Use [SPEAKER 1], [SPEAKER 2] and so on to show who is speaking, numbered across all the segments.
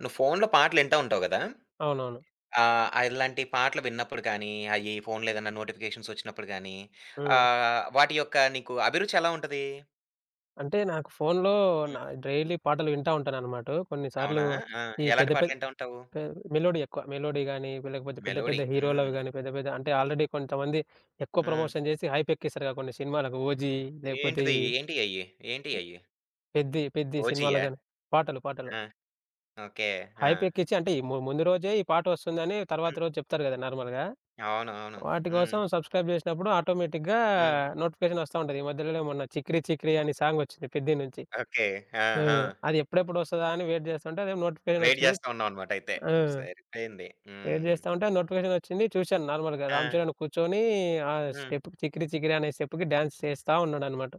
[SPEAKER 1] నువ్వు ఫోన్‌లో పాటలింటా ఉంటావు గదా!
[SPEAKER 2] అవునవును.
[SPEAKER 1] ఇలాంటి పాటలు విన్నప్పుడు కానీ, అయి ఫోన్‌లో ఏదన్నా నోటిఫికేషన్స్ వచ్చినప్పుడు గానీ,
[SPEAKER 2] హ్మ్.
[SPEAKER 1] వాటి యొక్క నీకు అభిరుచి ఎలా ఉంటది?
[SPEAKER 2] అంటే నాకు ఫోనులో నా
[SPEAKER 1] హ్మ్.
[SPEAKER 2] డైలీ పాటలు వింటా ఉంటాననమాట. కొన్నిసార్లు
[SPEAKER 1] అవునా? ఆ!
[SPEAKER 2] ఈ పెద్ద
[SPEAKER 1] ఎలాంటి
[SPEAKER 2] పెద్ద
[SPEAKER 1] పాటలింటా ఉంటావు?
[SPEAKER 2] పె మెలోడీ ఎక్కువ. మెలోడీ గాని, లేకపోతే పెద్ద పెద్ద
[SPEAKER 1] మెలోడీ.
[SPEAKER 2] హీరోలవి
[SPEAKER 1] హ్మ్.
[SPEAKER 2] గాని, పెద్ద పెద్ద అంటే ఆల్రెడీ కొంతమంది ఎక్కువ
[SPEAKER 1] హ్మ్.
[SPEAKER 2] ప్రమోషన్ చేసి హైప్ ఎక్కిస్తారుగా కొన్ని సినిమాలకు 'ఓజీ' లేకపోతే
[SPEAKER 1] ఏంటిది?
[SPEAKER 2] ఈ
[SPEAKER 1] ఏంటియి అయి? ఏంటియి అయి?
[SPEAKER 2] 'పెద్ది' సినిమాలకు
[SPEAKER 1] ఓజీయా?
[SPEAKER 2] గాని పాటలు
[SPEAKER 1] ఆ! ఓకే. ఆ!
[SPEAKER 2] హైప్ ఎక్కిచ్చి అంటే ఈ ముందు రోజే ఈ పాట వస్తుందని తర్వాత
[SPEAKER 1] హ్మ్.
[SPEAKER 2] రోజు చెప్తారు కదా! నార్మల్‌గా.
[SPEAKER 1] అవును. అవును.
[SPEAKER 2] వాటి కోసం
[SPEAKER 1] హ్మ్.
[SPEAKER 2] సబ్‌స్క్రైబ్ చేసినప్పుడు ఆటోమేటిక్‌గా
[SPEAKER 1] హ్మ్.
[SPEAKER 2] నోటిఫికేషన్ వస్తా ఉంటది. ఈ మధ్యలోనే మొన్న 'చికిరి చికిరి' అనే సాంగ్ వచ్చింది 'పెద్ది' నుంచి.
[SPEAKER 1] ఓకే. ఆ! ఆ!
[SPEAKER 2] హ్మ్. అది ఎప్పుడెప్పుడు వస్తదా అని వెయిట్ చేస్తుంటే అదేమో నోటిఫికేషన్
[SPEAKER 1] వెయిట్
[SPEAKER 2] వచ్చింది.
[SPEAKER 1] జేస్తా ఉన్నావనమాట అయితే.
[SPEAKER 2] ఆ!
[SPEAKER 1] సరిపోయింది.
[SPEAKER 2] వెయిట్
[SPEAKER 1] హ్మ్.
[SPEAKER 2] చేస్తా ఉంటే నోటిఫికేషన్ వచ్చింది. చూసాను నార్మల్‌గా
[SPEAKER 1] ఆ!
[SPEAKER 2] 'రామ్ చరణ్' కూర్చొని ఆ
[SPEAKER 1] హ్మ్.
[SPEAKER 2] స్టెప్‌కి 'చికిరి చికిరి' అనే స్టెప్‌కి డాన్స్ చేస్తా ఉన్నాడన్నమాట.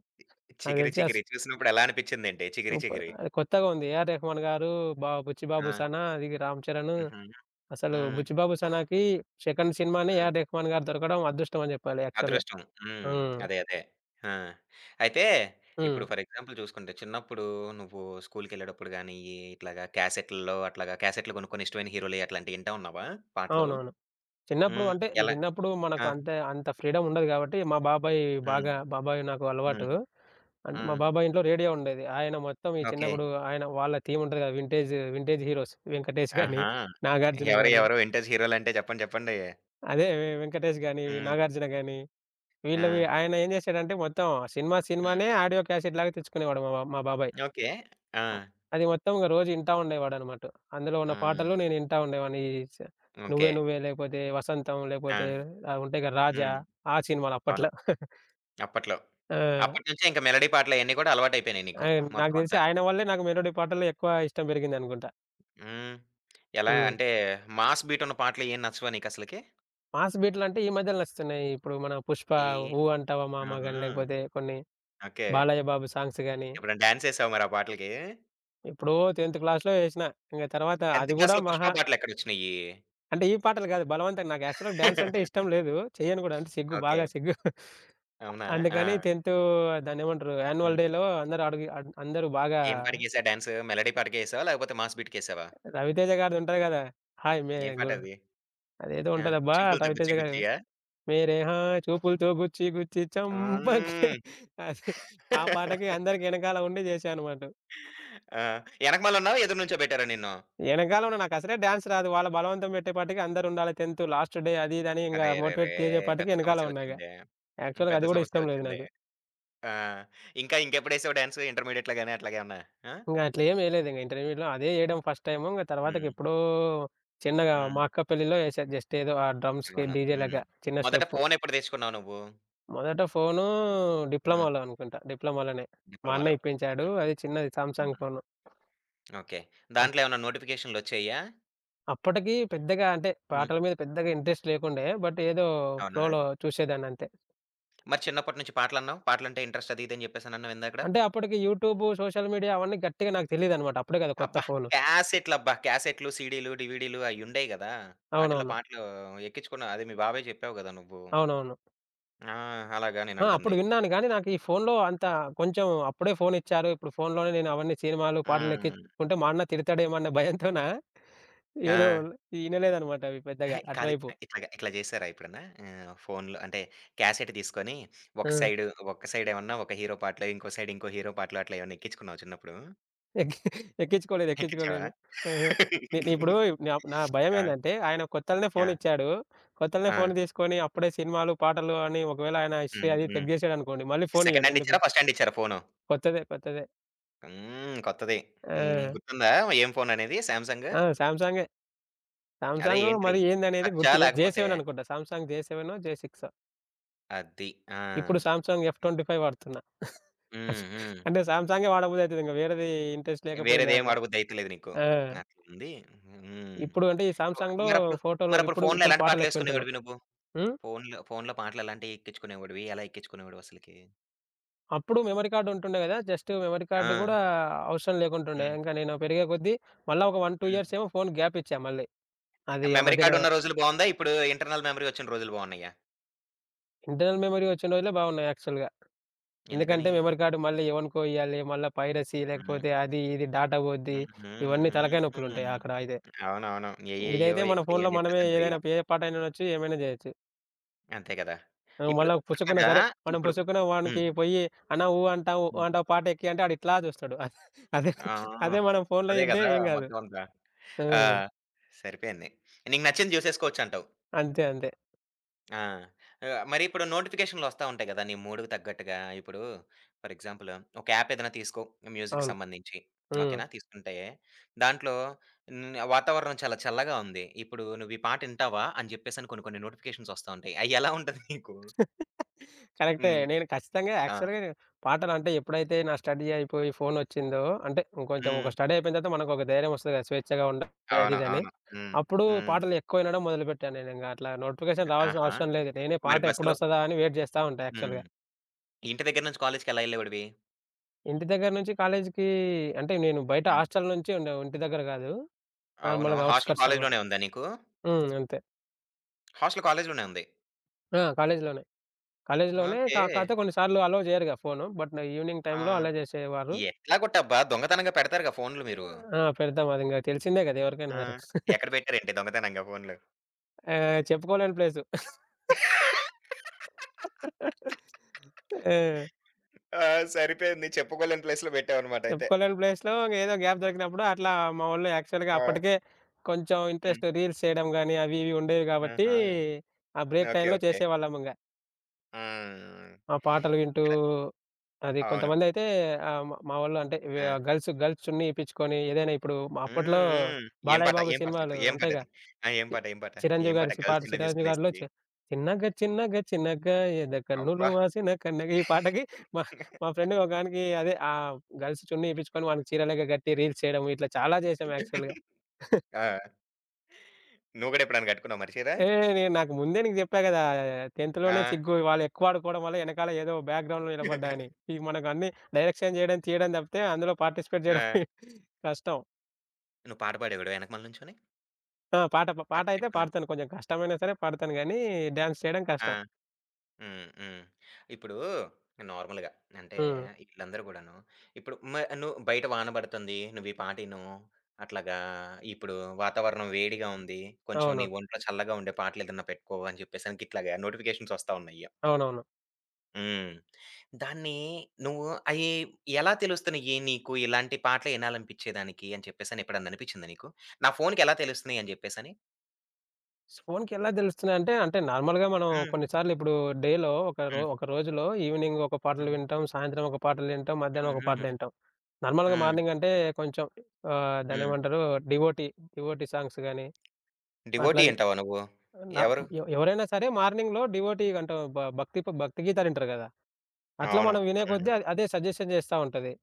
[SPEAKER 2] నాకు
[SPEAKER 1] 'చికిరి
[SPEAKER 2] తెలిసి
[SPEAKER 1] చికిరి' చూసినప్పుడు ఎలా అనిపిచ్చిందేంటి 'చికిరి
[SPEAKER 2] సూపర్.
[SPEAKER 1] చికిరి'?
[SPEAKER 2] అది కొత్తగా ఉంది. 'ఏఆర్ రెహమాన్' గారు, 'బుచ్చిబాబు
[SPEAKER 1] ఆ!
[SPEAKER 2] సనా' అది 'రామ్ చరణ్'
[SPEAKER 1] హుహు.
[SPEAKER 2] అసలు
[SPEAKER 1] హ్మ్.
[SPEAKER 2] 'బుచ్చిబాబు సనా'కి సెకండ్ సినిమానే
[SPEAKER 1] హ్మ్.
[SPEAKER 2] 'ఏఆర్ రెహమాన్' గారు దొరకడం అదృష్టం అని చెప్పాలి యాక్చువల్‌గా.
[SPEAKER 1] అదృష్టం. హ్మ్.
[SPEAKER 2] హ్మ్.
[SPEAKER 1] అదే. అదే. ఆ! అయితే
[SPEAKER 2] హ్మ్.
[SPEAKER 1] ఇప్పుడు ఫర్ ఎగ్జాంపుల్ చూసుకుంటే చిన్నప్పుడు నువ్వు స్కూలుకెళ్ళేటప్పుడు గాని, ఇట్లాగా క్యాసెట్‌ల్లో అట్లాగా క్యాసెట్‌లు కొనుక్కొని ఇష్టమైన హీరోలయి అట్లాంటియి వింటా ఉన్నావా పాటలు?
[SPEAKER 2] అవునవును. చిన్నప్పుడు
[SPEAKER 1] హ్మ్.
[SPEAKER 2] అంటే
[SPEAKER 1] ఎలా?
[SPEAKER 2] చిన్నప్పుడు
[SPEAKER 1] ఆ!
[SPEAKER 2] మనకు అంతే అంత ఫ్రీడమ్ ఉండదు కాబట్టి, మా బాబాయ్
[SPEAKER 1] హ్మ్.
[SPEAKER 2] బాగా బాబాయ్ నాకు అలవాటు.
[SPEAKER 1] హ్మ్.
[SPEAKER 2] అంటే మా
[SPEAKER 1] హ్మ్.
[SPEAKER 2] బాబాయ్ ఇంట్లో రేడియో ఉండేది. ఆయన మొత్తం ఈ
[SPEAKER 1] ఓకే.
[SPEAKER 2] చిన్నప్పుడు ఆయన వాళ్ళ థీమ్ ఉంటది కదా! వింటేజ్ హీరోస్ 'వెంకటేష్' గాని,
[SPEAKER 1] ఆహా!
[SPEAKER 2] 'నాగార్జున'
[SPEAKER 1] ఎవరు?
[SPEAKER 2] గాని
[SPEAKER 1] ఎవరు? వింటేజ్ హీరోలంటే చెప్పండి. చెప్పండి.
[SPEAKER 2] అదే 'వెంకటేష్' గాని,
[SPEAKER 1] హ్మ్.
[SPEAKER 2] 'నాగార్జున' గాని
[SPEAKER 1] ఆ!
[SPEAKER 2] వీళ్ళవి ఆయన ఏం చేసాడంటే మొత్తం సినిమా
[SPEAKER 1] హ్మ్.
[SPEAKER 2] సినిమానే ఆడియో క్యాసెట్ లాగా తెచ్చుకునేవాడు మా బాబాయ్.
[SPEAKER 1] ఓకే. ఆ!
[SPEAKER 2] అ అది మొత్తం ఇగ రోజు ఇంటా ఉండేవాడనమాట. అందులో ఉన్న
[SPEAKER 1] హ్మ్.
[SPEAKER 2] పాటలు నేను ఇంటా ఉండేవాడిని. ఈ స 'నువ్వే
[SPEAKER 1] ఓకే.
[SPEAKER 2] నువ్వే' లేపోతే 'వసంతం'
[SPEAKER 1] ఆ!
[SPEAKER 2] లేపోతే ఆహ్, ఉంటాయి కదా 'రాజా'
[SPEAKER 1] హ్మ్.
[SPEAKER 2] ఆ సినిమాలు
[SPEAKER 1] అవును.
[SPEAKER 2] అప్పట్లో.
[SPEAKER 1] అప్పట్లో.
[SPEAKER 2] ఆ!
[SPEAKER 1] అప్పటినుంచే ఇంక మెలోడీ పాటలయన్నీ గూడా అలవాటయిపోయినియి నీకు
[SPEAKER 2] ఆయన నాకు
[SPEAKER 1] మొత్తం
[SPEAKER 2] తెలిసి
[SPEAKER 1] అంతా.
[SPEAKER 2] ఆయన వల్లే నాకు మెలోడీ పాటలు ఎక్కువ ఇష్టం పెరిగిందనుకుంటా.
[SPEAKER 1] హ్మ్. ఎలా
[SPEAKER 2] హ్మ్.
[SPEAKER 1] అంటే మాస్ బీటున్న పాటలేం నచ్చవా నీకసలకి?
[SPEAKER 2] మాస్ బీట్లంటే ఈ మధ్యలో నచ్చుతున్నాయి. ఇప్పుడు మన 'పుష్ప',
[SPEAKER 1] ఏయి?
[SPEAKER 2] 'ఊ అంటావా మామ' గాని
[SPEAKER 1] ఆహా!
[SPEAKER 2] లేకపోతే కొన్ని
[SPEAKER 1] ఓకే.
[SPEAKER 2] 'బాలయ్య బాబు' సాంగ్స్ గాని
[SPEAKER 1] ఎప్పుడైనా డాన్సేసావా మరి ఆ పాటలకి?
[SPEAKER 2] ఎప్పుడో 10థ్ క్లాస్‌లో ఏసిన. ఇంగ తర్వాత
[SPEAKER 1] 10థ్
[SPEAKER 2] అది గూడా
[SPEAKER 1] క్లాస్‌లో
[SPEAKER 2] మహా
[SPEAKER 1] 'పుష్ప' పాటలెక్కడొచ్చినియి?
[SPEAKER 2] అంటే ఈ పాటలు కాదు బలవంతంగా నాకు యాక్చువల్‌గా డాన్స్ అంటే ఇష్టం లేదు. చెయ్యను గూడా అంటే సిగ్గు
[SPEAKER 1] ఓకే.
[SPEAKER 2] బాగా సిగ్గు.
[SPEAKER 1] అవునా?
[SPEAKER 2] అందుకని
[SPEAKER 1] ఆ!
[SPEAKER 2] 10థ్ దాన్నేమంటారు?
[SPEAKER 1] హ్మ్.
[SPEAKER 2] యాన్యువల్ డేలో అందరూ అడుగు అన్ అందరూ బాగా
[SPEAKER 1] ఏం పాటకేసావు డాన్సు? మెలోడీ పాటకేసావా? లేకపోతే మాస్ బీట్‌కేసావా?
[SPEAKER 2] 'రవితేజ' గారిదుంటది గదా! హాయ్ మే
[SPEAKER 1] ఏం
[SPEAKER 2] గు
[SPEAKER 1] పాటది?
[SPEAKER 2] అదేదో
[SPEAKER 1] ఆ!
[SPEAKER 2] ఉంటదబ్బా
[SPEAKER 1] 'చూపులతో గుచ్చి
[SPEAKER 2] 'రవితేజ' గారిది.
[SPEAKER 1] గుచ్చియా'?
[SPEAKER 2] మేరే హాయ్ చూపులతో గుచ్చి గుచ్చి చంపకే
[SPEAKER 1] హ్మ్.
[SPEAKER 2] అది ఆ పాటకి అందరికి ఎనకాల ఉండి జేశా అనమాట.
[SPEAKER 1] ఆ! ఎనకమాలున్నావా? ఎదురు నుంచోబెట్టారా నిన్ను?
[SPEAKER 2] ఎనకాల ఉన్న నాకసలే డాన్స్ రాదు. వాళ్ళు బలవంతం పెట్టేపాటికి అందరుండాలి 10థ్ లాస్ట్ డే అది, ఇది అని ఇంగ
[SPEAKER 1] అరెరెరే!
[SPEAKER 2] మోటివేట్ చేసేపాటికి
[SPEAKER 1] పెద్ద
[SPEAKER 2] ఎనకాల ఉన్నా ఇగ.
[SPEAKER 1] సమస్యొచ్చిందే. హ్మ్.
[SPEAKER 2] యాక్చువల్‌గా
[SPEAKER 1] పెద్ద
[SPEAKER 2] అది గూడా ఇష్టం లేదు
[SPEAKER 1] సమస్యొచ్చిందే.
[SPEAKER 2] నాకు.
[SPEAKER 1] ఆ! ఇంకా ఇంకెప్పుడేసావు డాన్స్ ఇంటర్మీడియేట్‌లో గాని అట్లాగేమన్నా? ఆ!
[SPEAKER 2] ఇంగ అట్లేమి ఏయలేదు. ఇంగ ఇంటర్మీడియేట్‌లో అదే ఏయడం ఫస్ట్ టైము. ఇంగ
[SPEAKER 1] హ్మ్.
[SPEAKER 2] తర్వాతకెప్పుడో చిన్నగా
[SPEAKER 1] హ్మ్.
[SPEAKER 2] మా అక్క పెళ్ళిలో ఏశా. జస్ట్ ఏదో ఆ డ్రమ్స్‌కి
[SPEAKER 1] అవును.
[SPEAKER 2] డీజే
[SPEAKER 1] హ్మ్.
[SPEAKER 2] లాగా చిన్న
[SPEAKER 1] మొదట
[SPEAKER 2] స్టెప్పు.
[SPEAKER 1] ఫోనెప్పుడు తెచ్చుకున్నావు నువ్వు?
[SPEAKER 2] మొదట ఫోను
[SPEAKER 1] హ్మ్.
[SPEAKER 2] డిప్లొమాలో అనుకుంటా. డిప్లొమాలోనే. మా
[SPEAKER 1] డిప్లొమాలో.
[SPEAKER 2] అన్న ఇప్పించాడు.
[SPEAKER 1] హ్మ్.
[SPEAKER 2] అది చిన్నది సామ్‌సంగ్
[SPEAKER 1] హ్మ్.
[SPEAKER 2] ఫోను.
[SPEAKER 1] ఓకే.
[SPEAKER 2] అప్
[SPEAKER 1] దాంట్లో ఏమన్నా నోటిఫికేషన్‌లొచ్చాయా?
[SPEAKER 2] అప్పటికి పెద్దగా అంటే
[SPEAKER 1] హ్మ్.
[SPEAKER 2] పాటల మీద పెద్దగా ఇంట్రెస్ట్ లేకుండే. బట్ ఏదో
[SPEAKER 1] అవునా?
[SPEAKER 2] ఫ్లోలో చూసేదాన్నంతే.
[SPEAKER 1] మరి చిన్నప్పటి నుంచి పాటలన్నావు? పాటలంటే ఇంట్రెస్ట్ అది ఇది అని జెప్పేసనన్నావు ఇందాకడ.
[SPEAKER 2] అంటే అప్పటికి యూట్యూబు, సోషల్ మీడియా అవన్నీ గట్టిగా నాకు తెలీదనమాట. అప్పుడే కదా కొత్త
[SPEAKER 1] అబ్బా!
[SPEAKER 2] ఫోను.
[SPEAKER 1] క్యాసెట్‌లబ్బా! క్యాసెట్‌లు, సీడీలు, డీవీడీలు అయ్యుండేయి గదా! ఆటిల్లో
[SPEAKER 2] అవునవును.
[SPEAKER 1] పాటలు ఎక్కించుకున్న అదే మీ బాబాయ్ జెప్పావు గదా! నువ్వు.
[SPEAKER 2] అవునవును.
[SPEAKER 1] ఆ! అలాగా
[SPEAKER 2] ఆ! అప్పుడు
[SPEAKER 1] నేనంటుంది.
[SPEAKER 2] విన్నాను గానీ, నాకు ఈ ఫోన్‌లో అంత కొంచెం అప్పుడే ఫోనిచ్చారు. ఇప్పుడు ఫోన్‌లోనే నేను అవన్నీ సినిమాలు,
[SPEAKER 1] ఆ!
[SPEAKER 2] పాటలు ఎక్కించుకుంటే మా అన్న తిడతాడేమో అన్న భయంతోన
[SPEAKER 1] ఆ!
[SPEAKER 2] ఏదో ఇనలేదనమాట అవి పెద్దగా
[SPEAKER 1] అహే! కాదు.
[SPEAKER 2] అటువైపు.
[SPEAKER 1] ఇట్లాగా ఇట్లా జేశారా ఎప్పుడన్నా? ఫోన్‌లో అంటే క్యాసెట్ తీసుకొని ఒక సైడ్
[SPEAKER 2] ఆ!
[SPEAKER 1] ఒక సైడ్ ఏమన్నా ఒక హీరో పాటలో, ఇంకో సైడ్ ఇంకో హీరో పాటలో అట్లా ఏమన్నా ఎక్కించుకున్నావా చిన్నప్పుడు?
[SPEAKER 2] ఎక్కి ఎక్కించుకోలేదు,
[SPEAKER 1] ఎక్కించావా?
[SPEAKER 2] ఎక్కించుకోలేదు. ఆహా! నేను ఇప్పుడు నా నా
[SPEAKER 1] ఆ!
[SPEAKER 2] భయమేందంటే, ఆయన కొత్తలనే
[SPEAKER 1] ఆ!
[SPEAKER 2] ఫోనిచ్చాడు. కొత్తలనే
[SPEAKER 1] ఆ!
[SPEAKER 2] ఫోన్ తీసుకొని అప్పుడే సినిమాలు, పాటలు అని ఒకవేళ ఆయన హిస్టరీ
[SPEAKER 1] హ్మ్.
[SPEAKER 2] అది
[SPEAKER 1] హ్మ్.
[SPEAKER 2] చెక్ చేసాడనుకోండి, మళ్ళీ
[SPEAKER 1] సెకండ్
[SPEAKER 2] ఫోనియ్యడు
[SPEAKER 1] హ్యాండ్
[SPEAKER 2] ఎందుకు?
[SPEAKER 1] ఇచ్చారా? ఫస్ట్ హ్యాండ్ ఇచ్చారా ఫోను?
[SPEAKER 2] కొత్తదే, కొత్తదే.
[SPEAKER 1] హ్మ్. కొత్తది. హ్మ్.
[SPEAKER 2] ఆ!
[SPEAKER 1] గుర్తుందా ఏం ఫోన్ అనేది? 'సామ్‌సంగ్'
[SPEAKER 2] ఆ! సామ్‌సంగే.
[SPEAKER 1] అదే
[SPEAKER 2] సామ్‌సంగు
[SPEAKER 1] ఏంటిది?
[SPEAKER 2] మరి ఏందనేది
[SPEAKER 1] టచ్చా?
[SPEAKER 2] గుర్తులేదు. జే
[SPEAKER 1] లేకపోతే
[SPEAKER 2] సెవెన్ అనుకుంటా. సామ్‌సంగ్ J7నో, J6నో.
[SPEAKER 1] అది. ఆ!
[SPEAKER 2] ఇప్పుడు సామ్‌సంగ్ ఎఫ్ 25 వాడుతున్నా.
[SPEAKER 1] హ్మ్. హ్మ్.
[SPEAKER 2] అంటే సామ్‌సంగే వాడబుద్ధి అయితది. ఇంక వేరేది ఇంట్రెస్ట్ లేకపోయింది
[SPEAKER 1] వేరేదేం
[SPEAKER 2] ఆయనే.
[SPEAKER 1] వాడబుద్ధి అయితలేదు నీకు.
[SPEAKER 2] ఆ!
[SPEAKER 1] అట్లుంది. హ్మ్.
[SPEAKER 2] ఇప్పుడు అంటే ఈ
[SPEAKER 1] ఓహ్!
[SPEAKER 2] సామ్‌సంగ్‌లో
[SPEAKER 1] మరప్పుడు
[SPEAKER 2] ఫోటోలు
[SPEAKER 1] మరప్పుడు
[SPEAKER 2] ఇప్పుడు
[SPEAKER 1] ఫోన్‌లో
[SPEAKER 2] ఇప్పుడు
[SPEAKER 1] ఎలాంటి
[SPEAKER 2] పాటలెక్కువ వింటున్నా.
[SPEAKER 1] పాటలేసుకునేవాడివి నువ్వు?
[SPEAKER 2] హ్మ్.
[SPEAKER 1] ఫోన్‌లో ఫోన్‌లో పాటలు ఎలాంటియి ఎక్కించుకునేవాడివి? ఎలా ఎక్కించుకునేవాడివసలకి?
[SPEAKER 2] అప్పుడు మెమరీ కార్డ్ ఉంటుండే గదా! జస్ట్ మెమరీ
[SPEAKER 1] ఆ!
[SPEAKER 2] కార్డ్ గూడా అవసరం లేకుంటుండే.
[SPEAKER 1] హ్మ్.
[SPEAKER 2] ఇంకా నేను పెరిగే కొద్దీ మళ్ళా ఒక 1, 2
[SPEAKER 1] హ్మ్.
[SPEAKER 2] ఇయర్స్ ఏమో ఫోన్ గ్యాప్ ఇచ్చా మళ్ళీ. అది ఆ
[SPEAKER 1] మెమరీ
[SPEAKER 2] మధ్యలో
[SPEAKER 1] కార్డ్ ఉన్న రోజులు బావుందా? ఇప్పుడు ఇంటర్నల్ మెమరీ వచ్చిన రోజులు బావున్నాయా?
[SPEAKER 2] ఇంటర్నల్ మెమరీ వచ్చిన రోజులే బాగున్నాయి యాక్చువల్‌గా. ఎందుకంటే
[SPEAKER 1] ఎందుకని?
[SPEAKER 2] మెమరీ కార్డ్ మళ్ళీ ఎవనికో ఇయ్యాలి. మళ్ళా పైరసీ
[SPEAKER 1] హ్మ్.
[SPEAKER 2] లేకపోతే అది ఇది డాటా పోద్ది.
[SPEAKER 1] హుహు.
[SPEAKER 2] ఇవన్నీ తలకాయ నొప్పులుంటాయి
[SPEAKER 1] హ్మ్.
[SPEAKER 2] అక్కడ అయితే.
[SPEAKER 1] అవునవును. ఏయేయో
[SPEAKER 2] ఇదైతే మన
[SPEAKER 1] ఎక్కుతాయి
[SPEAKER 2] ఫోన్‌లో
[SPEAKER 1] అని
[SPEAKER 2] మనమే
[SPEAKER 1] చెప్పేసని
[SPEAKER 2] ఏదైనా
[SPEAKER 1] భయం.
[SPEAKER 2] ఏ పాటైనా వినొచ్చు. ఏమైనా జేయొచ్చు.
[SPEAKER 1] అంతే కదా!
[SPEAKER 2] ఆహ్,
[SPEAKER 1] ఇప్పుడు
[SPEAKER 2] మళ్ళా పుసుక్కున
[SPEAKER 1] అట్లాగా
[SPEAKER 2] సరే మనం
[SPEAKER 1] ఇప్పుడు
[SPEAKER 2] పుసుక్కున వానికి
[SPEAKER 1] హ్మ్.
[SPEAKER 2] పొయ్యి అన్న ఊ అంటావు, ఊ
[SPEAKER 1] హ్మ్.
[SPEAKER 2] అంటావు పాట ఎక్కియి అంటే ఆడు ఇట్లా చూస్తాడు. అదే
[SPEAKER 1] ఆ!
[SPEAKER 2] అదే మనం ఫోన్‌లో
[SPEAKER 1] అదే
[SPEAKER 2] ఇంటే
[SPEAKER 1] కదా!
[SPEAKER 2] ఏం గాదు.
[SPEAKER 1] మొత్తం అంతా.
[SPEAKER 2] ఆ!
[SPEAKER 1] ఆ! సరిపోయింది. నీకు నచ్చింది జూసేసుకోవచ్చంటావు.
[SPEAKER 2] అంతే. అంతే.
[SPEAKER 1] ఆ! మరి ఇప్పుడు నోటిఫికేషన్‌లొస్తా ఉంటాయి గదా! నీ మూడ్‌కి తగ్గట్టుగా. ఇప్పుడు ఫర్ ఎగ్జాంపుల్ ఒక యాప్ ఏదైనా తీసుకో మ్యూజిక్
[SPEAKER 2] అవును.
[SPEAKER 1] సంబంధించి.
[SPEAKER 2] హ్మ్.
[SPEAKER 1] ఓకేనా? తీసుకుంటే దాంట్లో హ్మ్, వాతావరణం చాలా చల్లగా ఉంది. ఇప్పుడు నువ్వు ఈ పాట ఇంటావా? అని జెప్పేసని కొన్ని కొన్ని నోటిఫికేషన్స్ ఒస్తా ఉంటాయి. అయ్యెలా ఉంటది నీకు?
[SPEAKER 2] కరెక్టే.
[SPEAKER 1] హ్మ్.
[SPEAKER 2] నేను ఖచ్చితంగా
[SPEAKER 1] ఆ!
[SPEAKER 2] యాక్చువల్‌గా నేను పాటలంటే ఎప్పుడైతే నా స్టడీ అయిపోయి ఫోనొచ్చిందో అంటే ఇంకొంచెం
[SPEAKER 1] హ్మ్.
[SPEAKER 2] ఒక స్టడీ అయిపోయిన తర్వాత మనకొక ధైర్యం వస్తది కదా! స్వేచ్ఛగా ఉండాలి అది
[SPEAKER 1] అవును.
[SPEAKER 2] ఇదని.
[SPEAKER 1] అవును. హ్మ్.
[SPEAKER 2] అప్పుడు
[SPEAKER 1] హ్మ్.
[SPEAKER 2] పాటలు ఎక్కువ వినడం మొదలుపెట్టాను నేనింక. అట్లా నోటిఫికేషన్ రావాల్సిన
[SPEAKER 1] ఆహా!
[SPEAKER 2] అవసరం లేదు. నేనే
[SPEAKER 1] మరి
[SPEAKER 2] పాట
[SPEAKER 1] బస్సులో
[SPEAKER 2] ఎప్పుడొస్తదా అని వెయిట్ చేస్తా ఉంటా
[SPEAKER 1] హ్మ్.
[SPEAKER 2] యాక్చువల్‌గా.
[SPEAKER 1] ఇంటి దగ్గర నుంచి కాలేజ్‌కెలా ఎళ్ళేవాడివి?
[SPEAKER 2] ఇంటి దగ్గర నుంచి కాలేజీకి అంటే నేను బయట
[SPEAKER 1] హ్మ్.
[SPEAKER 2] హాస్టల్ నుంచి ఉండే ఇంటి దగ్గర కాదు.
[SPEAKER 1] అవును.
[SPEAKER 2] నార్మల్‌గా
[SPEAKER 1] హాస్టల్
[SPEAKER 2] ఔట్‌స్కర్ట్స్ అనమాట.
[SPEAKER 1] కాలేజ్‌లోనే ఉందా నీకు?
[SPEAKER 2] హ్మ్. అంతే.
[SPEAKER 1] హాస్టల్ కాలేజ్‌లోనే ఉంది.
[SPEAKER 2] ఆ! కాలేజీలోనే. కాలేజీలోనే
[SPEAKER 1] ఓకే.
[SPEAKER 2] కాతే కొన్నిసార్లు అలౌ చేయరుగా ఫోను. బట్ ఈవినింగ్
[SPEAKER 1] ఆ!
[SPEAKER 2] టైమ్‌లో అలౌ చేసేవారు.
[SPEAKER 1] ఎట్లా కొట్టబ్బా! దొంగతనంగా పెడతారుగా ఫోన్‌లు మీరు.
[SPEAKER 2] ఆ! పెడతాం. అదింకా తెలిసిందే కదా! ఎవరికైనా
[SPEAKER 1] ఆ!
[SPEAKER 2] సరే.
[SPEAKER 1] ఎక్కడ పెట్టారేంటి దొంగతనంగా ఫోన్‌లు?
[SPEAKER 2] ఆహ్, చెప్పుకోలేని ప్లేసు. ఆ!
[SPEAKER 1] ఆ! సరిపోయింది. చెప్పుకోలేని ప్లేస్‌లో పెట్టావన్నమాట అయితే.
[SPEAKER 2] చెప్పుకోలేని ప్లేస్‌లో ఏదో గ్యాప్ దొరికినప్పుడు అట్లా మావోళ్ళు యాక్చువల్‌గా
[SPEAKER 1] ఆ!
[SPEAKER 2] అప్పటికే కొంచెం
[SPEAKER 1] హ్మ్.
[SPEAKER 2] ఇంట్రెస్ట్ రీల్స్ చేయడం గాని, అవి ఇవి ఉండేవి
[SPEAKER 1] ఆ!
[SPEAKER 2] కాబట్టి,
[SPEAKER 1] ఆహా!
[SPEAKER 2] ఆ బ్రేక్
[SPEAKER 1] ఓకే.
[SPEAKER 2] టైమ్‌లో
[SPEAKER 1] ఓకే.
[SPEAKER 2] చేసేవాళ్ళమింగ.
[SPEAKER 1] ఆ!
[SPEAKER 2] ఆ పాటలు వింటూ
[SPEAKER 1] ఇక్కడ
[SPEAKER 2] అది
[SPEAKER 1] అవును.
[SPEAKER 2] కొంతమందైతే ఆహ్, మా మావోళ్ళు అంటే,
[SPEAKER 1] ఆ!
[SPEAKER 2] గర్ల్స్, గర్ల్స్ చున్నీ ఇప్పించుకొని ఏదైనా ఇప్పుడు అప్పట్లో
[SPEAKER 1] హ్మ్. హ్మ్. ఏం
[SPEAKER 2] 'బాలయ్య
[SPEAKER 1] పాట?
[SPEAKER 2] బాబు'
[SPEAKER 1] ఏం పాట చెప్పు?
[SPEAKER 2] సినిమాలు
[SPEAKER 1] ఏం
[SPEAKER 2] ఉంటాయిగా.
[SPEAKER 1] పాటది? ఆ! ఏం
[SPEAKER 2] చి
[SPEAKER 1] పాట? ఏం పాట? ఏం
[SPEAKER 2] 'చిరంజీవి' గారి
[SPEAKER 1] పాట
[SPEAKER 2] పాట
[SPEAKER 1] గర్ల్స్ చిన్న
[SPEAKER 2] 'చిరంజీవి' గారిలో
[SPEAKER 1] తీసుకునేసింది?
[SPEAKER 2] 'చిన్నగా చిన్నగా చిన్నగా ఎద కన్నులు
[SPEAKER 1] అబ్బా!
[SPEAKER 2] వాసిన కన్నగ' ఈ పాటకి మా మా ఫ్రెండ్ ఒకానికి అదే ఆహ్, గర్ల్స్ చున్నీ ఎపించుకొని వానికి చీరలేక కట్టి రీల్స్ చేయడం ఇట్లా చాలా చేసాం యాక్చువల్‌గా.
[SPEAKER 1] ఆ! నువ్వు గూడా ఎప్పుడైనా కట్టుకున్నావా మరి చీర?
[SPEAKER 2] ఏహ్! నేను నాకు ముందే నీకు చెప్పా కదా! 10థ్
[SPEAKER 1] ఆ!
[SPEAKER 2] సిగ్గు వాళ్ళు ఎక్కువ ఆడుకోవడం వల్ల ఎనకాల ఏదో బ్యాక్‌గ్రౌండ్‌లో నిలబడ్డా అని. ఇవి మనకు అన్నీ డైరెక్షన్ చేయడం, తీయడం తప్పితే అందులో పార్టిసిపేట్
[SPEAKER 1] ఆ!
[SPEAKER 2] చేయడం కష్టం.
[SPEAKER 1] నువ్వు పాట పాడేవాడివా ఎనకమాల నుంచొని?
[SPEAKER 2] ఆ! పాట పాట
[SPEAKER 1] పాట
[SPEAKER 2] అయితే
[SPEAKER 1] పెట్టుకుని.
[SPEAKER 2] పాడతాను. కొంచెం కష్టమైనా సరే పాడతాను గానీ, డాన్స్ చేయడం
[SPEAKER 1] ఆ!
[SPEAKER 2] కష్టం.
[SPEAKER 1] హ్మ్. హ్మ్. ఇప్పుడు నార్మల్‌గా అంటే
[SPEAKER 2] హ్మ్.
[SPEAKER 1] ఈళ్ళందరూ గూడాను ఇప్పుడు నువ్వు బయట వాన పడుతుంది. నువ్వు ఈ పాట ఇను. అట్లాగా ఇప్పుడు వాతావరణం వేడిగా ఉంది. కొంచెం
[SPEAKER 2] అవును.
[SPEAKER 1] నీ ఒంట్లో చల్లగా ఉండే పాటలేదన్నా పెట్టుకో అని చెప్పేసనికి ఇట్లాగా నోటిఫికేషన్స్ ఒస్తా ఉన్నాయి.
[SPEAKER 2] అవునవును.
[SPEAKER 1] హ్మ్. దాన్ని నువ్వు అయి ఎలా తెలుస్తున్నాయి నీకు ఇలాంటి పాటలు ఇనాలనిపించేదానికి అని చెప్పేసని ఎప్పుడన్నా అనిపించిందా నీకు? నా ఫోన్‌కి ఎలా తెలుస్తున్నాయి అని చెప్పేసని?
[SPEAKER 2] ఫోనుకి ఎలా తెలుస్తున్నాయంటే, అంటే నార్మల్‌గా మనం
[SPEAKER 1] హ్మ్.
[SPEAKER 2] కొన్నిసార్లు ఇప్పుడు డేలో
[SPEAKER 1] హ్మ్.
[SPEAKER 2] ఒక రోజులో ఈవినింగ్ ఒక పాటలు
[SPEAKER 1] హ్మ్.
[SPEAKER 2] వింటాం, సాయంత్రం ఒక పాటలు వింటాం, మధ్యాహ్నం
[SPEAKER 1] హ్మ్.
[SPEAKER 2] ఒక పాటలు
[SPEAKER 1] హ్మ్.
[SPEAKER 2] వింటాం. నార్మల్‌గా
[SPEAKER 1] హ్మ్.
[SPEAKER 2] మార్నింగ్ అంటే కొంచెం ఆహ్,
[SPEAKER 1] హ్మ్.
[SPEAKER 2] దాన్నేమంటారు డివోటీ, డివోటీ సాంగ్స్ గాని అట్లా
[SPEAKER 1] డివోటీ అంటావా నువ్వు?
[SPEAKER 2] న
[SPEAKER 1] ఎవరు?
[SPEAKER 2] ఎ ఎవరైనా సరే మార్నింగ్‌లో డివోటీ అంటే భక్తి భక్తి గీతాలు వింటారు కదా! అట్లా
[SPEAKER 1] అవును.
[SPEAKER 2] మనం వినే
[SPEAKER 1] హ్మ్.
[SPEAKER 2] కొద్దీ అదే సజెషన్ చేస్తా ఉంటది.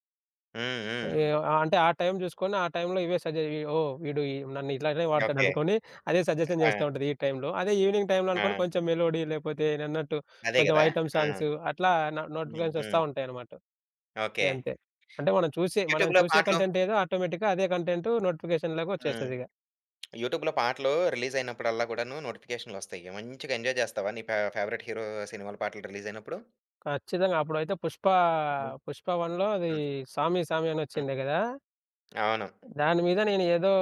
[SPEAKER 1] హ్మ్. హ్మ్.
[SPEAKER 2] ఏ అంటే ఆ టైం చూసుకొని, ఆ టైంలో ఇవే సజె వి ఓహ్! వీడు ఈ నన్ను ఇట్లానే
[SPEAKER 1] ఓకే.
[SPEAKER 2] వాడతాడనుకోని అదే సజెషన్
[SPEAKER 1] ఆ!
[SPEAKER 2] చేస్తా ఉంటది ఈ టైంలో. అదే ఈవినింగ్ టైంలో అనుకోండి
[SPEAKER 1] ఆ!
[SPEAKER 2] కొంచెం మెలోడీ లేకపోతే నేనన్నట్టు
[SPEAKER 1] అదే
[SPEAKER 2] కొంచెం
[SPEAKER 1] గదా!
[SPEAKER 2] ఐటెమ్
[SPEAKER 1] ఆ!
[SPEAKER 2] సాంగ్స్ అట్లా
[SPEAKER 1] హ్మ్.
[SPEAKER 2] నోటిఫికేషన్స్ వస్తా
[SPEAKER 1] హ్మ్.
[SPEAKER 2] ఉంటాయన్నమాట.
[SPEAKER 1] ఓకే.
[SPEAKER 2] గంతే. అంటే మనం చూసే మనం
[SPEAKER 1] యూట్యూబ్‌లో
[SPEAKER 2] చూసే
[SPEAKER 1] పాటలు
[SPEAKER 2] కంటెంట్ ఏదో ఆటోమేటిక్‌గా అదే కంటెంట్ నోటిఫికేషన్‌లోకి
[SPEAKER 1] హ్మ్.
[SPEAKER 2] వచ్చేస్తదిగ.
[SPEAKER 1] యూట్యూబ్‌లో పాటలు రిలీజ్ అయినప్పుడల్లా గూడాను నోటిఫికేషన్‌లొస్తాయి. మంచిగా ఎంజాయ్ జేస్తావా నీ ఫేవరెట్ హీరో సినిమాల పాటలు రిలీజ్ అయినప్పుడు?
[SPEAKER 2] ఖచ్చితంగా. అప్పుడైతే పుష్ప,
[SPEAKER 1] హ్మ్.
[SPEAKER 2] పుష్ప 1లో అది
[SPEAKER 1] హ్మ్.
[SPEAKER 2] 'సామి సామి' అని
[SPEAKER 1] హ్మ్.
[SPEAKER 2] వచ్చిండే గదా!
[SPEAKER 1] అవును.
[SPEAKER 2] దాని మీద నేను ఏదో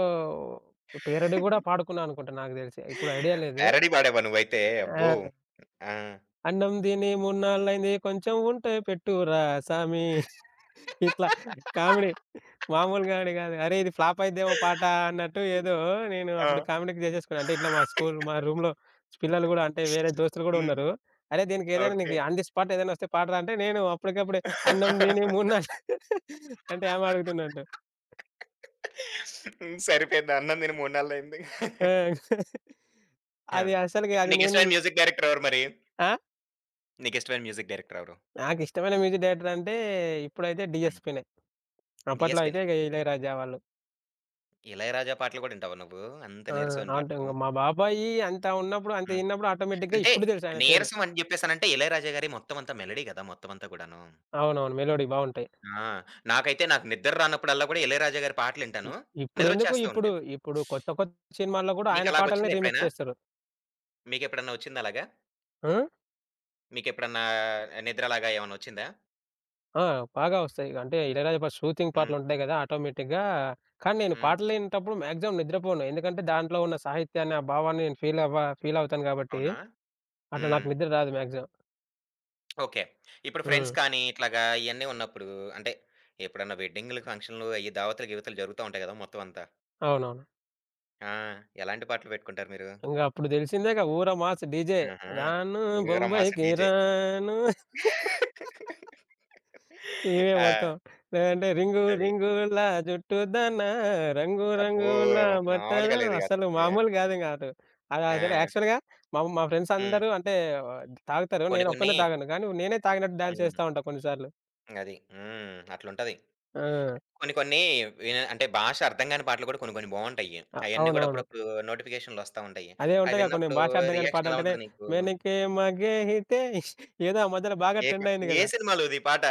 [SPEAKER 2] పేరడీ గూడా పాడుకున్నా అనుకుంటా నాకు తెలిసి. ఇప్పుడు ఐడియా లేదు.
[SPEAKER 1] ప్యారడీ పాడావా నువ్వైతే? అబ్బో!
[SPEAKER 2] ఆ!
[SPEAKER 1] ఆ!
[SPEAKER 2] అన్నం దిని మూడ్నాళ్ళైంది కొంచెం ఉంటే పెట్టురా సామి. ఇట్లా కామెడీ. మామూలు కామెడీ కాదు. అరే! ఇది ఫ్లాప్ అయిద్దేమో పాట అన్నట్టు ఏదో నేను
[SPEAKER 1] ఆ!
[SPEAKER 2] అప్పుడు కామెడీకి చేసేసుకున్నా. అంటే ఇట్లా మా స్కూల్ మా రూమ్‌లో పిల్లలు గూడా అంటే వేరే దోస్తులు గూడా
[SPEAKER 1] హ్మ్.
[SPEAKER 2] ఉన్నారు. "అరే! దీనికి ఏదైనా
[SPEAKER 1] ఓకే.
[SPEAKER 2] నీకు ఆన్ ది స్పాట్ ఏదైనా వస్తే పాడరా" అంటే నేను అప్పటికప్పుడే అన్నం దిని మూడ్నాళ్ళు అంటే ఆమె అడుగుతున్నట్టు.
[SPEAKER 1] హ్మ్. సరిపోయింది. అన్నం తిని 3 నెలలయింది.
[SPEAKER 2] ఆ!
[SPEAKER 1] ఆ!
[SPEAKER 2] అది అసలుకి
[SPEAKER 1] ఇప్పుడు
[SPEAKER 2] అది నేను
[SPEAKER 1] నీకిష్టమైన మ్యూజిక్ డైరెక్టర్ ఎవరు మరి?
[SPEAKER 2] ఆ!
[SPEAKER 1] నీకిష్టమైన మ్యూజిక్ డైరెక్టర్ ఎవరు?
[SPEAKER 2] నాకిష్టమైన మ్యూజిక్ డైరెక్టర్ అంటే ఇప్పుడైతే
[SPEAKER 1] హ్మ్.
[SPEAKER 2] డీఎస్‌పీనే. అప్పట్లో అయితే
[SPEAKER 1] డీఎస్‌పీ‌నే.
[SPEAKER 2] ఇగ ఇళయరాజా వాళ్ళు.
[SPEAKER 1] 'ఇళయరాజా' పాటలు గూడా వింటావా నువ్వు? అంత
[SPEAKER 2] ఆ!
[SPEAKER 1] నీరసమైన
[SPEAKER 2] అంటే
[SPEAKER 1] పాటలు.
[SPEAKER 2] ఇంగ మా బాబాయి అంత ఉన్నప్పుడు, అంత
[SPEAKER 1] హ్మ్.
[SPEAKER 2] ఇన్నప్పుడు ఆటోమేటిక్‌గా
[SPEAKER 1] అంటే
[SPEAKER 2] ఇప్పుడు తెలుసు ఆయన పేరు.
[SPEAKER 1] నీరసం అని జెప్పేసనంటే 'ఇళయరాజా' గారి మొత్తం అంతా మెలోడీ గదా! మొత్తం అంతా గూడాను.
[SPEAKER 2] అవునవును. మెలోడీ బావుంటాయి.
[SPEAKER 1] ఆ! నాకైతే నాకు నిద్ర రానప్పుడల్లా గూడా 'ఇళయరాజా' గారి
[SPEAKER 2] ఇ
[SPEAKER 1] పాటలింటాను.
[SPEAKER 2] ఇప్పుడెందుకు
[SPEAKER 1] నిద్రొచ్చేస్తా
[SPEAKER 2] ఇప్పుడు,
[SPEAKER 1] ఉండేది.
[SPEAKER 2] ఇప్పుడు కొత్త కొత్త సినిమాల్లో గూడా ఆయన పాటలనే
[SPEAKER 1] మీకలాగొచ్చిందా
[SPEAKER 2] రీమిక్స్
[SPEAKER 1] ఎప్పుడైనా?
[SPEAKER 2] చేస్తారు.
[SPEAKER 1] మీకెప్పుడన్నా ఒచ్చిందా అలాగా?
[SPEAKER 2] ఆ!
[SPEAKER 1] మీకెప్పుడన్నా నిద్రలాగా ఏమన్నా వచ్చిందా?
[SPEAKER 2] ఆ! బాగా వస్తాయి. అంటే ఇళయరాజా ఫస్ట్ షూటింగ్
[SPEAKER 1] హ్మ్.
[SPEAKER 2] పాటలుంటాయి గదా! ఆటోమేటిక్‌గా కానీ నేను
[SPEAKER 1] హ్మ్.
[SPEAKER 2] పాటలు వినేటప్పుడు మాక్సిమం నిద్రపోను. ఎందుకంటే దాంట్లో ఉన్న సాహిత్యాన్ని, ఆ భావాన్ని నేను ఫీల్ అవుతాను గాబట్టి
[SPEAKER 1] అవునా?
[SPEAKER 2] అట్లా
[SPEAKER 1] హ్మ్.
[SPEAKER 2] నాకు నిద్ర రాదు మాక్సిమం.
[SPEAKER 1] ఓకే. ఇప్పుడు
[SPEAKER 2] హ్మ్.
[SPEAKER 1] ఫ్రెండ్స్ కానీ, ఇట్లాగా ఇయన్నీ ఉన్నప్పుడు అంటే ఎప్పుడన్నా వెడ్డింగ్‌లు, ఫంక్షన్‌లు అయ్యి దావత్తులు, గీవత్తులు జరుగుతా ఉంటాయి గదా! మొత్తం అంతా.
[SPEAKER 2] అవునవును.
[SPEAKER 1] ఆ! ఎలాంటి పాటలు పెట్టుకుంటారు మీరు?
[SPEAKER 2] ఇంగ అప్పుడు తెలిసిందేగా ఊర మాస్ డీజే
[SPEAKER 1] ఆహా!
[SPEAKER 2] రాను
[SPEAKER 1] తీవ్ర మాస్
[SPEAKER 2] బొంబాయికి
[SPEAKER 1] డీజే.
[SPEAKER 2] రాను. ఇవే
[SPEAKER 1] ఆ!
[SPEAKER 2] మొత్తం. లేదంటే 'రింగు
[SPEAKER 1] అది.
[SPEAKER 2] రింగుల జుట్టుదనా రంగు
[SPEAKER 1] అబ్బో!
[SPEAKER 2] రంగుల
[SPEAKER 1] మామూలుగా
[SPEAKER 2] బట్టదనా'
[SPEAKER 1] లేదుగా
[SPEAKER 2] అసలు
[SPEAKER 1] అసలకి.
[SPEAKER 2] మామూలు గాదింగ అటు. అదసలు
[SPEAKER 1] ఆ!
[SPEAKER 2] యాక్చువల్‌గా మా మా ఫ్రెండ్స్
[SPEAKER 1] హ్మ్.
[SPEAKER 2] అందరూ అంటే ఆ, తాగుతారు.
[SPEAKER 1] కొన్ని కొన్ని
[SPEAKER 2] నేనొక్కడినే తాగను. కానీ నేనే తాగినట్టు డాన్స్
[SPEAKER 1] హ్మ్.
[SPEAKER 2] చేస్తా ఉంటా కొన్ని సార్లు.
[SPEAKER 1] అది. హ్మ్. అట్లుంటది.
[SPEAKER 2] ఆ!
[SPEAKER 1] కొన్ని కొన్ని అంటే భాష అర్థం కాని పాటలు కూడా కొన్ని కొన్ని బావుంటాయి. అయన్నీ గూడా
[SPEAKER 2] అవునవును.
[SPEAKER 1] అప్పుడప్పుడు నోటిఫికేషన్‌లు వస్తా ఉంటాయి.
[SPEAKER 2] అదే
[SPEAKER 1] అవి
[SPEAKER 2] ఉంటాయిగా కొన్ని
[SPEAKER 1] విన్నప్పుడు
[SPEAKER 2] భాష అర్థం గాని
[SPEAKER 1] రియాక్షన్ ఎలా
[SPEAKER 2] పాటంటేనే
[SPEAKER 1] ఉంటది నీకు?
[SPEAKER 2] 'మెనకే మగేహితే' ఏదో ఆ మధ్యలో బాగా
[SPEAKER 1] ఏ
[SPEAKER 2] ట్రెండ్
[SPEAKER 1] పాట
[SPEAKER 2] అయింది
[SPEAKER 1] ఏ
[SPEAKER 2] గదా!
[SPEAKER 1] సినిమాలోది పాట?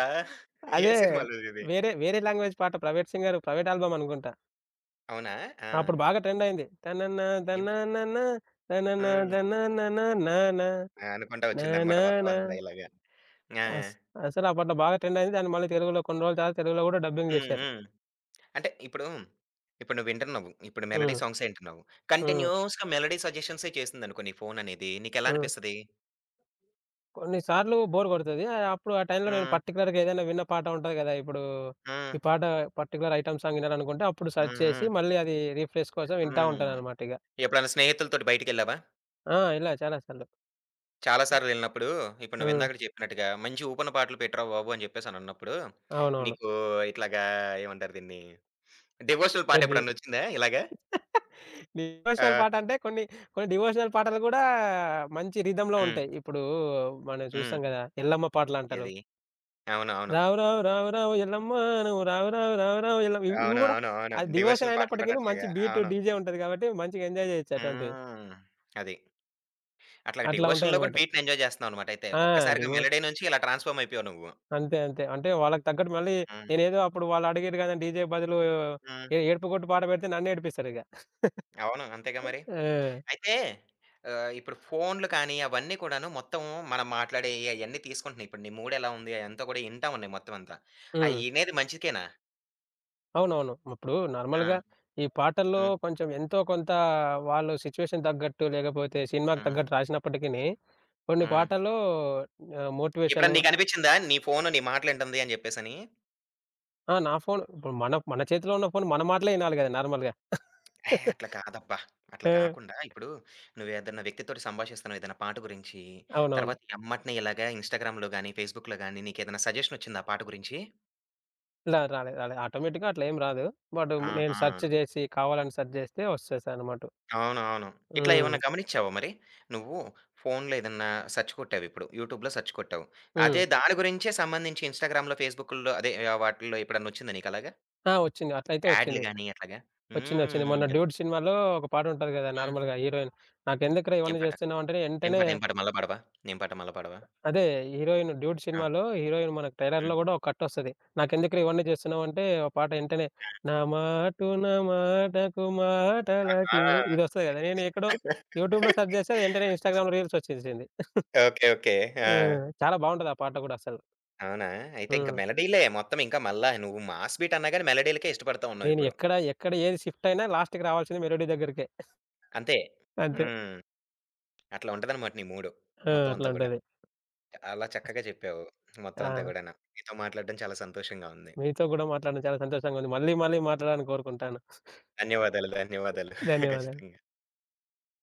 [SPEAKER 1] ఏ
[SPEAKER 2] అదే
[SPEAKER 1] సినిమాలోదిది?
[SPEAKER 2] వేరే వేరే లాంగ్వేజ్ పాట 'ప్రైవేట్ సింగర్' ప్రైవేట్ ఆల్బమ్ అనుకుంట.
[SPEAKER 1] అవునా? ఆ!
[SPEAKER 2] అప్పుడు బాగా ట్రెండ్ అయింది. తనన
[SPEAKER 1] ఏం
[SPEAKER 2] తననన తనన
[SPEAKER 1] హ్మ్.
[SPEAKER 2] తననననాన
[SPEAKER 1] ఆ! అనుకుంటా వచ్చిందనమాట మొత్తం
[SPEAKER 2] నానాన
[SPEAKER 1] అంతా ఇలాగా. ఆ!
[SPEAKER 2] అస్ అసలు ఆ పాట బాగా ట్రెండ్ అయింది. దాన్ని మళ్ళీ తెలుగులో కొన్ని రోజుల తర్వాత తెలుగులో గూడా డబ్బింగ్
[SPEAKER 1] హ్మ్.
[SPEAKER 2] జేశారు.
[SPEAKER 1] హ్మ్. అంటే ఇప్పుడు, ఇప్పుడు నువ్వు వింటున్నావు. ఇప్పుడు మెలోడీ
[SPEAKER 2] హ్మ్.
[SPEAKER 1] సాంగ్సే వింటున్నావు.
[SPEAKER 2] హ్మ్.
[SPEAKER 1] కంటిన్యూయస్‌గా మెలోడీ సజెషన్సే చేసిందనుకో నీ ఫోన్ అనేది. నీకెలా
[SPEAKER 2] హ్మ్.
[SPEAKER 1] అనిపిస్తది?
[SPEAKER 2] కొన్ని సార్లు బోర్ కొడతది. ఆహ్, అప్పుడు ఆ టైంలో నేను
[SPEAKER 1] హ్మ్.
[SPEAKER 2] పర్టిక్యులర్‌గా ఏదైనా విన్న పాట ఉంటది గదా! ఇప్పుడు
[SPEAKER 1] హ్మ్.
[SPEAKER 2] ఈ పాట పర్టిక్యులర్ ఐటెమ్ సాంగ్ వినాలనుకుంటే అప్పుడు సెర్చ్
[SPEAKER 1] హ్మ్.
[SPEAKER 2] చేసి
[SPEAKER 1] హ్మ్.
[SPEAKER 2] మళ్ళీ అది రిఫ్రెష్ కోసం వింటా
[SPEAKER 1] హ్మ్.
[SPEAKER 2] ఉంటాననమాట ఇగ.
[SPEAKER 1] ఎప్పుడైనా స్నేహితులతోటి బయటికెళ్ళావా?
[SPEAKER 2] ఆ! ఇలా చాలా సార్లు.
[SPEAKER 1] చాలా సార్లెళ్ళినప్పుడు, ఇప్పుడు
[SPEAKER 2] హ్మ్.
[SPEAKER 1] నువ్విందాక చెప్పినట్టుగా మంచి ఊపన పాటలు పెట్టరా బాబు! అని చెప్పేసనన్నప్పుడు,
[SPEAKER 2] అవునవును.
[SPEAKER 1] నీకు ఇట్లాగా ఏమంటారు దీన్ని? డివోషనల్
[SPEAKER 2] పెద్ది
[SPEAKER 1] పాటెప్పుడన్నొచ్చిందా ఇలాగా?
[SPEAKER 2] డివోషనల్
[SPEAKER 1] ఆహ్,
[SPEAKER 2] పాట అంటే కొన్ని, కొన్ని డివోషనల్ పాటలు గూడా మంచి రిథమ్‌లో
[SPEAKER 1] హ్మ్.
[SPEAKER 2] ఉంటాయి. ఇప్పుడు మనం
[SPEAKER 1] హ్మ్.
[SPEAKER 2] చూస్తాం గదా! ఎల్లమ్మ పాటలంటారు.
[SPEAKER 1] ఏది? అవును. అవును.
[SPEAKER 2] రావు రావు రావు రావు ఎల్లమ్మ నువ్వు రావు రావు రావు రావు ఎల్లమ్మ ఇవి ఇవి
[SPEAKER 1] అవును.
[SPEAKER 2] గూడా
[SPEAKER 1] అవును. అవును.
[SPEAKER 2] అది డివోషన్
[SPEAKER 1] డివోషనల్ పాటలు కూడా
[SPEAKER 2] అయినప్పటికిని మంచి
[SPEAKER 1] అట్లాగా.
[SPEAKER 2] బీటు,
[SPEAKER 1] అవును.
[SPEAKER 2] డీజే ఉంటది కాబట్టి మంచిగా ఎంజాయ్ జేయొచ్చు అటువంటివి.
[SPEAKER 1] హ్మ్. అది. అట్లాగా
[SPEAKER 2] అట్లా
[SPEAKER 1] డివోషన్‌లో కూడా
[SPEAKER 2] ఉంటాయన్నమాట.
[SPEAKER 1] బీట్‌ని ఎంజాయ్ జేస్తున్నావనమాట అయితే.
[SPEAKER 2] ఆ!
[SPEAKER 1] ఒక్కసారిగా
[SPEAKER 2] డివో
[SPEAKER 1] మెలోడీ నుంచి ఇలా ట్రాన్స్‌ఫార్మ్ అయిపోయావు నువ్వు.
[SPEAKER 2] అంతే. అంతే. అంటే వాళ్ళకి తగ్గట్టు మళ్ళీ
[SPEAKER 1] హ్మ్.
[SPEAKER 2] నేనేదో అప్పుడు వాళ్ళు అడిగిర్రు గదా! డీజే బదులు
[SPEAKER 1] హ్మ్.
[SPEAKER 2] ఏడుపుగొట్టు పాట పెడితే నన్నేడిపిస్తారిగ.
[SPEAKER 1] అవును. అంతేగా మరి.
[SPEAKER 2] ఆ!
[SPEAKER 1] అయితే ఇప్పుడు ఫోన్‌లు కానీ అవన్నీ కూడాను మొత్తం మనం మాట్లాడేయి అయన్నీ తీసుకుంటున్నాయి. ఇప్పుడు నీ మూడ్ ఎలా ఉంది అయంతా కూడా ఇంటా ఉన్నాయి మొత్తం అంతా. అయి
[SPEAKER 2] హ్మ్.
[SPEAKER 1] ఇనేది మంచికేనా?
[SPEAKER 2] అవునవును. ఇప్పుడు
[SPEAKER 1] ఆ!
[SPEAKER 2] నార్మల్‌గా ఈ పాటల్లో
[SPEAKER 1] హ్మ్.
[SPEAKER 2] కొంచెం ఎంతో కొంత వాళ్ళు సిట్యుయేషన్ తగ్గట్టు లేకపోతే సినిమాకి
[SPEAKER 1] హ్మ్.
[SPEAKER 2] తగ్గట్టు రాసినప్పటికిని, కొన్ని
[SPEAKER 1] హ్మ్.
[SPEAKER 2] పాటల్లో ఆహ్, మోటివేషను
[SPEAKER 1] ఎప్పుడన్నా నీకనిపించిందా? నీ ఫోను నీ మాటలింటంది అని జెప్పేసని?
[SPEAKER 2] ఆ! నా ఫోన్ ఇప్పుడు మన మన చేతిలో ఉన్న ఫోన్ మన మాటలే ఇనాలి గదా! నార్మల్‌గా.
[SPEAKER 1] ఏహ్! అట్లా కాదబ్బా! అట్లా
[SPEAKER 2] ఆ!
[SPEAKER 1] కాకుండా ఇప్పుడు నువ్వేదన్నా వ్యక్తితోటి సంభాషిస్తున్నావు ఏదైనా పాట గురించి,
[SPEAKER 2] అవునవును.
[SPEAKER 1] తర్వాత ఎమ్మటనే ఇలాగా ఇన్‌స్టాగ్రామ్‌లో గాని, ఫేస్‌బుక్‌లో గాని నీకేదైనా సజెషన్ ఒచ్చిందా ఆ పాట గురించి?
[SPEAKER 2] ఇలా రాలేదు రాలేదు. ఆటోమేటిక్‌గా అట్లా ఏం రాదు. బట్ నేను
[SPEAKER 1] ఆహా!
[SPEAKER 2] సెర్చ్ జేసి కావాలని సెర్చ్ జేస్తే వస్తది అనమాట.
[SPEAKER 1] అవునవును. ఇట్లా
[SPEAKER 2] హ్మ్.
[SPEAKER 1] ఏమన్నా గమనిచ్చావా మరి? నువ్వు ఫోన్‌లో ఏదన్నా సెర్చ్ కొట్టావిప్పుడు. యూట్యూబ్‌లో సెర్చ్ కొట్టావు.
[SPEAKER 2] హ్మ్.
[SPEAKER 1] అదే దాని గురించే సంబంధించి ఇన్‌స్టాగ్రామ్‌లో, ఫేస్‌బుక్కుల్లో అదే వాటిల్లో ఎప్పుడన్నా వచ్చిందా నీకలాగా?
[SPEAKER 2] ఆ! వచ్చింది. అట్లయితే
[SPEAKER 1] యాడ్‌లు
[SPEAKER 2] వచ్చింది.
[SPEAKER 1] గాని అట్లాగా?
[SPEAKER 2] వచ్చింది. వచ్చింది.
[SPEAKER 1] హ్మ్.
[SPEAKER 2] మొన్న
[SPEAKER 1] అది.
[SPEAKER 2] 'డ్యూడ్' సినిమాలో ఒక పాట ఉంటది గదా!
[SPEAKER 1] హ్మ్.
[SPEAKER 2] నార్మల్‌గా హీరోయిన్. "నాకెందుకురా
[SPEAKER 1] ఏం
[SPEAKER 2] ఇవన్నీ
[SPEAKER 1] పాట?
[SPEAKER 2] చేస్తున్నావంటేనే"
[SPEAKER 1] ఏం
[SPEAKER 2] వెంటనే
[SPEAKER 1] పాట? ఏం పాట? మల్ల పాడవా? ఏం పాట మల్ల పాడవా?
[SPEAKER 2] అదే హీరోయిన్ 'డ్యూడ్'
[SPEAKER 1] ఆ!
[SPEAKER 2] సినిమాలో హీరోయిన్ మనకు ట్రైలర్‌లో
[SPEAKER 1] హ్మ్.
[SPEAKER 2] గూడా ఒక కట్టొస్తది. "నాకెందుకురా ఇవన్నీ చేస్తున్నావంటే" ఓ పాట వెంటనే "నా మాటున "మాటకు మాటలకివ్"
[SPEAKER 1] ఆ!
[SPEAKER 2] ఇదొస్తది గదా! నేను ఎక్కడో యూట్యూబ్‌లో సెర్చ్ చేస్తే అది వెంటనే ఇన్‌స్టాగ్రామ్‌లో రీల్స్ వచ్చేసింది.
[SPEAKER 1] ఓకే. ఓకే. ఆ!
[SPEAKER 2] ఆ! చాలా బావుంటది ఆ పాట గూడా అసలు.
[SPEAKER 1] అవునా? అయితే ఇంక
[SPEAKER 2] హ్మ్.
[SPEAKER 1] మెలోడీలే మొత్తం ఇంకా మళ్ళా నువ్వు మాస్ బీట్ అన్నా గాని మెలోడీలకే ఇష్టపడతా
[SPEAKER 2] నేను
[SPEAKER 1] ఉన్నావిప్పుడు.
[SPEAKER 2] ఎక్కడ, ఎక్కడ ఏది షిఫ్ట్ అయినా లాస్ట్‌కి రావాల్సింది మెలోడీ దగ్గరికే.
[SPEAKER 1] అంతే.
[SPEAKER 2] అంతే.
[SPEAKER 1] హ్మ్. అట్లా ఉంటదనమాట నీ మూడు
[SPEAKER 2] ఆ!
[SPEAKER 1] మొత్తం
[SPEAKER 2] అట్లా
[SPEAKER 1] అంతా గూడా.
[SPEAKER 2] ఉంటది.
[SPEAKER 1] అలా చక్కగా చెప్పావు మొత్తం అంతా
[SPEAKER 2] ఆ!
[SPEAKER 1] గూడాను. నీతో మాట్లాడడం చాలా సంతోషంగా ఉంది.
[SPEAKER 2] మీతో కూడా మాట్లాడడం చాలా సంతోషంగా ఉంది. మళ్ళీ మళ్ళీ మాట్లాడాలని కోరుకుంటాను.
[SPEAKER 1] ధన్యవాదాలు. ధన్యవాదాలు.
[SPEAKER 2] ధన్యవాదాలు.
[SPEAKER 1] ఖచ్చితంగా.